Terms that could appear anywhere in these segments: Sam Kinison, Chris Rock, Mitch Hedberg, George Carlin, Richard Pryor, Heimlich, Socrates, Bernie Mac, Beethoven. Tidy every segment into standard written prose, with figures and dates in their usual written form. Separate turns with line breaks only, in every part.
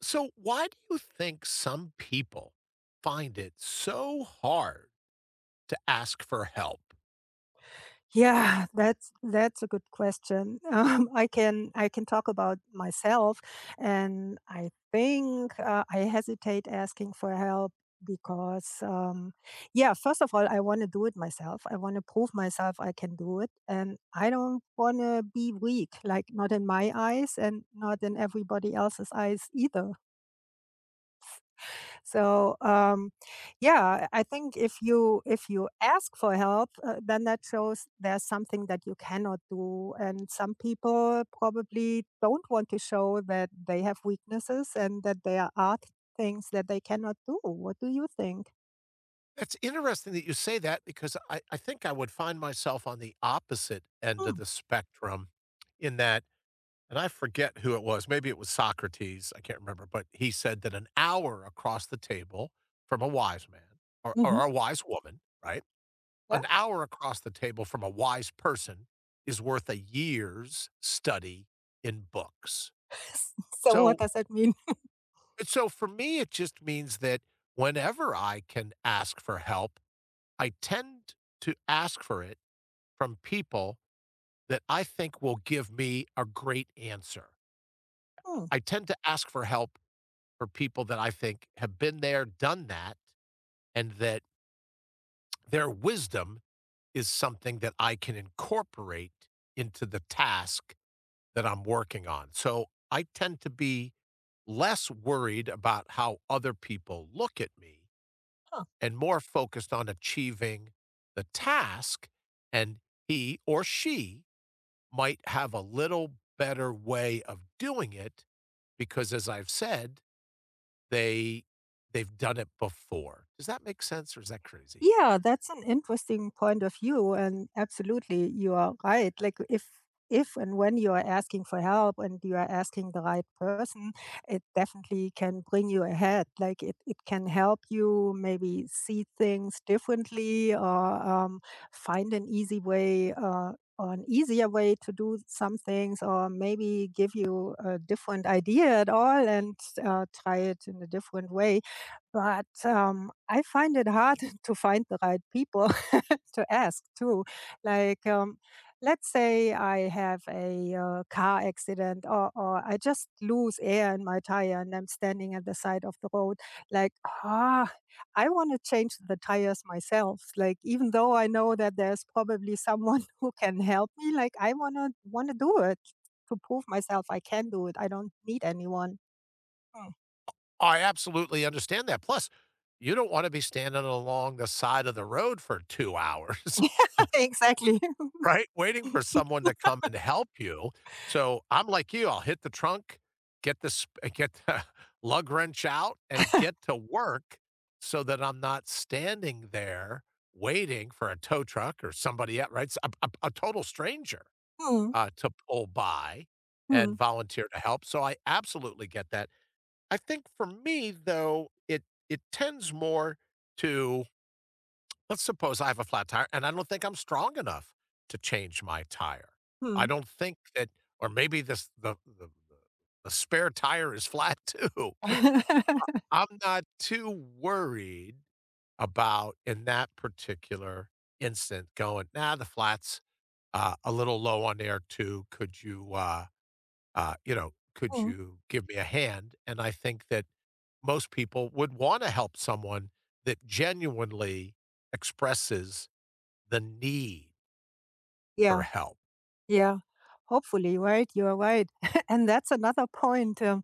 So, why do you think some people find it so hard to ask for help?
Yeah, that's a good question. I can talk about myself, and I think I hesitate asking for help because yeah, first of all, I want to do it myself. I want to prove myself I can do it, and I don't want to be weak, like not in my eyes and not in everybody else's eyes either. So, yeah, I think if you ask for help, then that shows there's something that you cannot do, and some people probably don't want to show that they have weaknesses and that there are things that they cannot do. What do you think?
That's interesting that you say that because I think I would find myself on the opposite end of
Hmm.
the spectrum in that. And I forget who it was, maybe it was Socrates, I can't remember, but he said that an hour across the table from a wise man or,
Hmm.
or a wise woman, right?
Yeah.
An hour across the table from a wise person is worth a year's study in books.
So, what
So
does that mean?
so for me, it just means that whenever I can ask for help, I tend to ask for it from people that I think will give me a great answer.
Hmm.
I tend to ask for help for people that I think have been there, done that, and that their wisdom is something that I can incorporate into the task that I'm working on. So I tend to be less worried about how other people look at me
Huh.
and more focused on achieving the task. And he or she might have a little better way of doing it because, as I've said, they they've done it before. Does that make sense or is that crazy?
Yeah, that's an interesting point of view, and absolutely, you are right. Like if and when you are asking for help and you are asking the right person, it definitely can bring you ahead. Like it can help you maybe see things differently or find an easy way or an easier way to do some things or maybe give you a different idea at all and try it in a different way but, I find it hard to find the right people to ask too. Like, um, let's say I have a, car accident or I just lose air in my tire and I'm standing at the side of the road, like, "Ah, I wanna change the tires myself." Like, even though I know that there's probably someone who can help me, like, I wanna do it to prove myself I can do it. I don't need anyone. Mm.
I absolutely understand that. Plus, you don't want to be standing along the side of the road for two hours.
Exactly.
Right? Waiting for someone to come and help you. So, I'm like you, I'll hit the trunk, get the sp get the lug wrench out, and get to work so that I'm not standing there waiting for a tow truck or somebody el right? A total stranger,
Hmm.
to pull by and
Hmm.
volunteer to help, so I absolutely get that. I think for me, though, it tends more to. Let's suppose I have a flat tire and I don't think I'm strong enough to change my tire. I
Hmm.
don't think that. Or maybe this the spare tire is flat too. I'm not too worried about in that particular instant going, "Nah, the flat's, a little low on air too. Could you, could
Mm,
you give me a hand?" And I think that most people would wanna help someone that genuinely expresses the need for
yeah.
help.
Yeah, hopefully, right? You are right. And that's another point.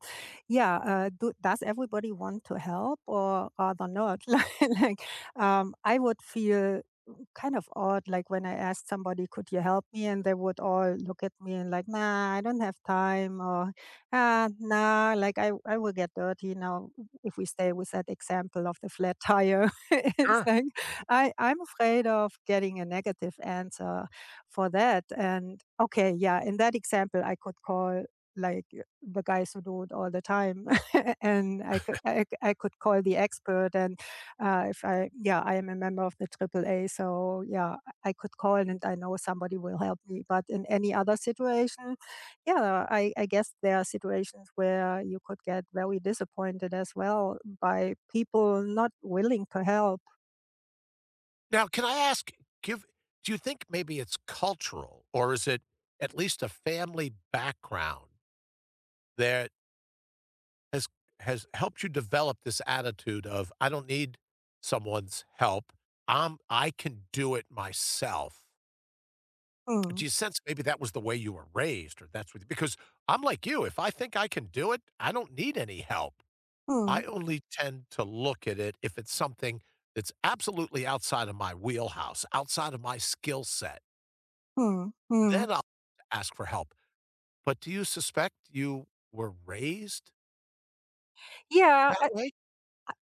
Yeah, does everybody want to help or rather not? Like, I would feel kind of odd, like when I asked somebody, could you help me? And they would all look at me and like, nah, I don't have time or, ah, nah, like I will get dirty now if we stay with that example of the flat tire. It's
Sure.
like, I'm afraid of getting a negative answer for that. And okay, yeah, in that example, I could call like the guys who do it all the time and I could call the expert and if I yeah I am a member of the AAA so yeah I could call and I know somebody will help me but in any other situation yeah I guess there are situations where you could get very disappointed as well by people not willing to help.
Now, can I ask, give do you think maybe it's cultural or is it at least a family background that has has helped you develop this attitude of I don't need someone's help. I can do it myself. Do
Mm.
you sense maybe that was the way you were raised or that's what, because I'm like you, if I think I can do it, I don't need any help. I
Mm.
only tend to look at it if it's something that's absolutely outside of my wheelhouse, outside of my skill set.
Mm. Mm.
Then I'll ask for help. But do you suspect you were raised
Yeah,
that way?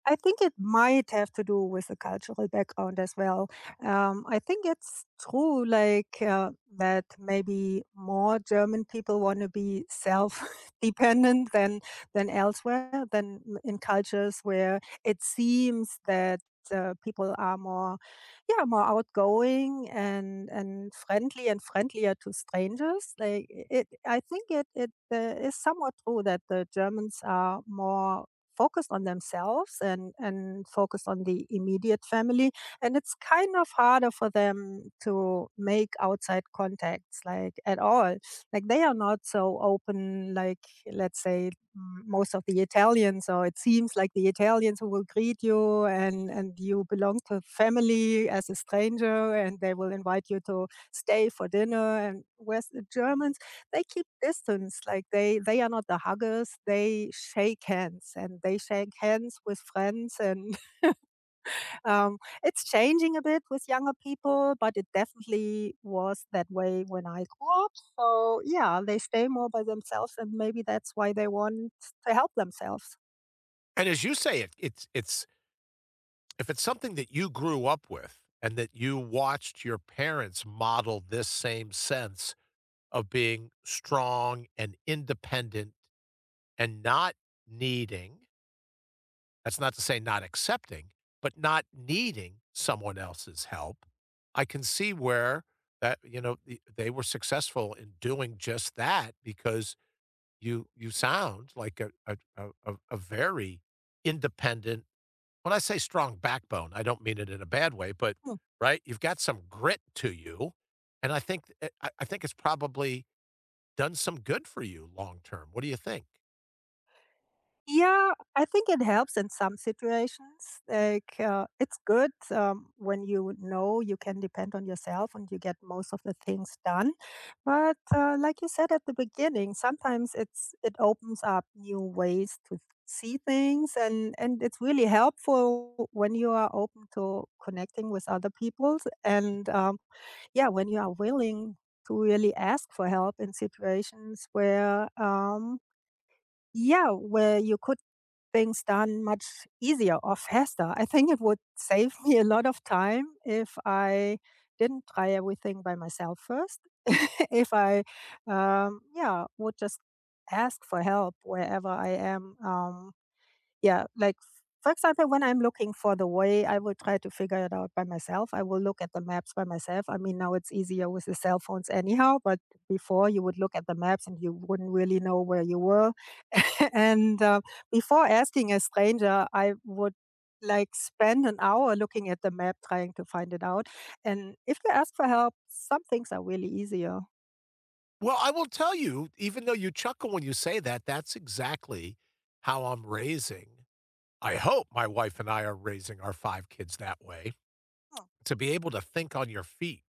I think it might have to do with the cultural background as well. I think it's true, like that maybe more German people want to be self-dependent than elsewhere, than in cultures where it seems that people are more, yeah, more outgoing and friendly and friendlier to strangers. Like it, I think it is somewhat true that the Germans are more focused on themselves and focused on the immediate family and it's kind of harder for them to make outside contacts like at all like they are not so open like let's say most of the italians or it seems like the italians who will greet you and you belong to family as a stranger and they will invite you to stay for dinner and whereas the germans they keep distance. Like they are not the huggers. They shake hands and they shake hands with friends. And it's changing a bit with younger people, but it definitely was that way when I grew up. So yeah, they stay more by themselves, and maybe that's why they want to help themselves.
And as you say, it's if it's something that you grew up with and that you watched your parents model this same sense of being strong and independent and not needing. That's not to say not accepting, but not needing someone else's help. I can see where that, you know, they were successful in doing just that because you sound like a very independent, when I say strong backbone, I don't mean it in a bad way, but,
Hmm.
right? You've got some grit to you, and I think, I I think it's probably done some good for you long term. What do you think?
Yeah, I think it helps in some situations. Like, it's good when you know you can depend on yourself and you get most of the things done. But like you said at the beginning, sometimes it opens up new ways to see things, and it's really helpful when you are open to connecting with other people, and yeah, when you are willing to really ask for help in situations where yeah where you could things done much easier or faster. I think it would save me a lot of time if I didn't try everything by myself first. If I yeah, would just ask for help wherever I am. Yeah, like for example, when I'm looking for the way, I will try to figure it out by myself. I will look at the maps by myself. I mean, now it's easier with the cell phones, anyhow, but before you would look at the maps and you wouldn't really know where you were and before asking a stranger, I would like spend an hour looking at the map trying to find it out. And if they ask for help, some things are really easier.
Well, I will tell you, even though you chuckle when you say that, that's exactly how I'm raising I hope my wife and I are raising our 5 kids that way,
Hmm.
to be able to think on your feet,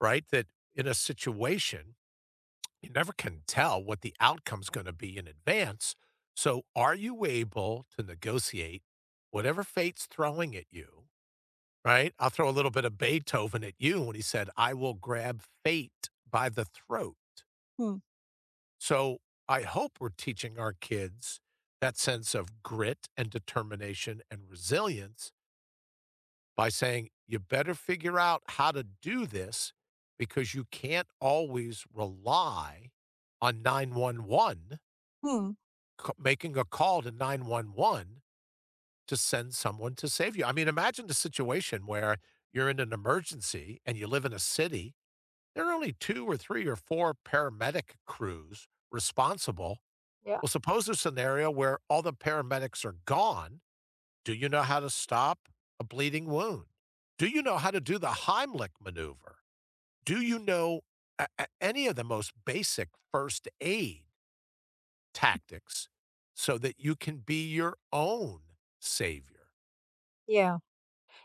right? That in a situation, you never can tell what the outcome's gonna be in advance, so are you able to negotiate whatever fate's throwing at you, right? I'll throw a little bit of Beethoven at you when he said, "I will grab fate by the throat."
Hmm.
So I hope we're teaching our kids that sense of grit and determination and resilience by saying, you better figure out how to do this because you can't always rely on 911,
Hmm.
making a call to 911 to send someone to save you. I mean, imagine the situation where you're in an emergency and you live in a city. There are only two or three or four paramedic crews responsible.
Yeah.
Well, suppose a scenario where all the paramedics are gone. Do you know how to stop a bleeding wound? Do you know how to do the Heimlich maneuver? Do you know any of the most basic first aid tactics so that you can be your own savior?
Yeah.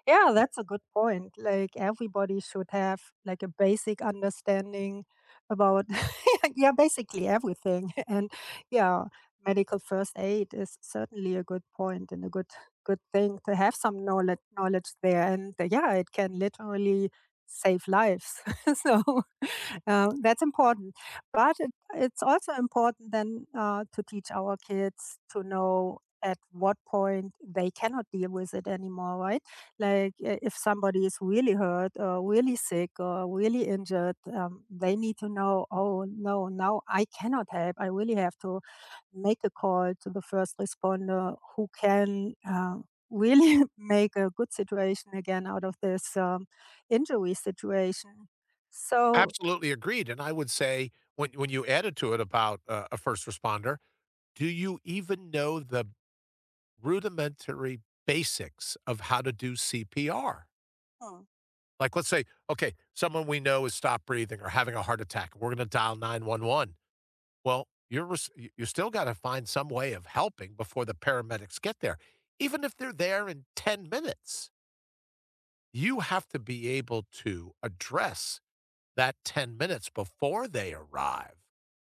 Yeah, that's a good point. Like everybody should have like a basic understanding about yeah, basically everything. And yeah, medical first aid is certainly a good point and a good good thing to have some knowledge there. And yeah, it can literally save lives. So that's important. But it's also important then to teach our kids to know at what point they cannot deal with it anymore, right? Like if somebody is really hurt or really sick or really injured, they need to know, oh, no, now I cannot help. I really have to make a call to the first responder who can really make a good situation again out of this injury situation. So,
Absolutely agreed. And I would say, when you added to it about a first responder, do you even know the rudimentary basics of how to do CPR?
mm,
Like, let's say, okay, someone we know is stopped breathing or having a heart attack. We're going to dial 911. Well, you still got to find some way of helping before the paramedics get there. Even if they're there in 10 minutes, you have to be able to address that 10 minutes before they arrive.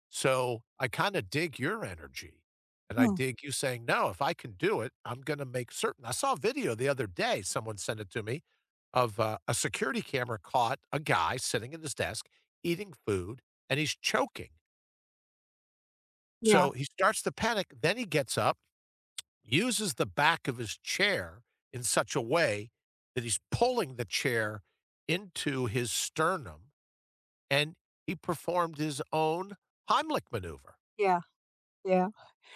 So I kinda dig your energy, and I
mm,
dig you saying, "No, if I can do it, I'm gonna make certain." I saw a video the other day, someone sent it to me, of a security camera caught a guy sitting at his desk eating food, and he's choking.
yeah,
So he starts to panic, then he gets up, uses the back of his chair in such a way that he's pulling the chair into his sternum and he performed his own Heimlich maneuver.
yeah, yeah.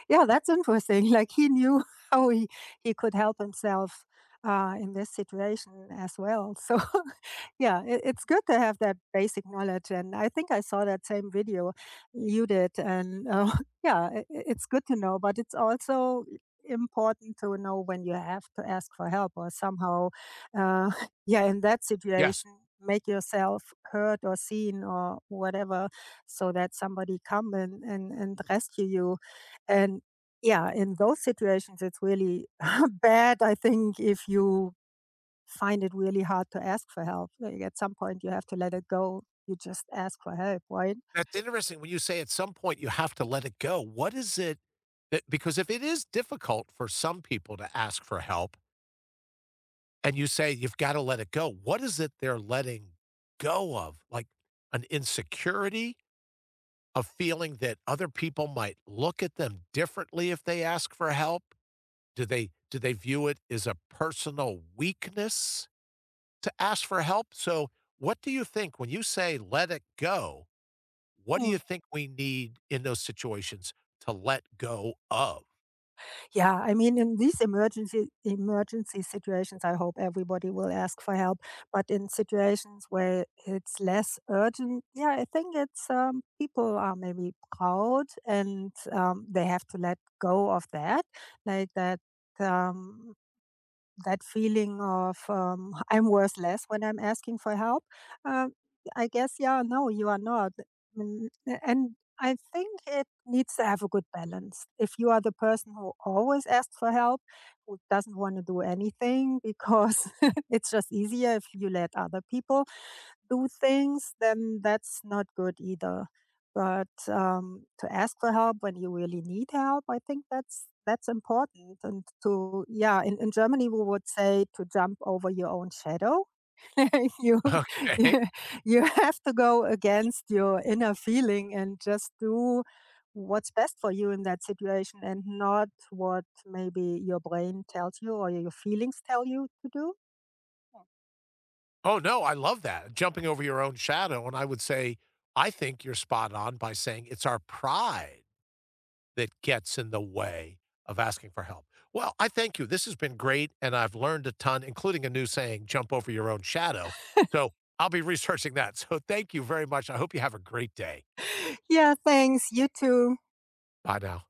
Yeah, that's interesting. Like he knew how he, he could help himself in this situation as well. So yeah, it's good to have that basic knowledge. And I think I saw that same video you did. And yeah, it's good to know, but it's also important to know when you have to ask for help or somehow, uh, yeah, in that
Yes.
situation, make yourself heard or seen or whatever so that somebody come and rescue you. And yeah, in those situations, it's really bad, I think, if you find it really hard to ask for help. Like, at some point, you have to let it go. You just ask for help, right?
That's interesting when you say at some point you have to let it go. What is it that because if it is difficult for some people to ask for help and you say you've gotta let it go, what is it they're letting go of? Like an insecurity, a feeling that other people might look at them differently if they ask for help? Do they view it as a personal weakness to ask for help. So, what do you think when you say let it go? What do
Mm.
you think we need in those situations to let go of?
Yeah, I mean, in these emergency situations, I hope everybody will ask for help. But in situations where it's less urgent, yeah, I think it's people are maybe proud and they have to let go of that, like that. Um, that feeling of I'm worthless when I'm asking for help. Um, I guess, yeah, no, you are not. Mm. And I think it needs to have a good balance. If you are the person who always asks for help, who doesn't want to do anything because it's just easier if you let other people, do things, then that's not good either. But to ask for help when you really need help, I think that's important. And to yeah, in Germany we would say to jump over your own shadow you, you
Okay.
you have to go against your inner feeling and just do what's best for you in that situation and not what maybe your brain tells you or your feelings tell you to do. Yeah.
Oh, no, I love that. Jumping over your own shadow. And I would say, I think you're spot on by saying it's our pride that gets in the way of asking for help. Well, I thank you. This has been great. And I've learned a ton, including a new saying, jump over your own shadow. So I'll be researching that. So thank you very much. I hope you have a great day.
Yeah, thanks. You too.
Bye now.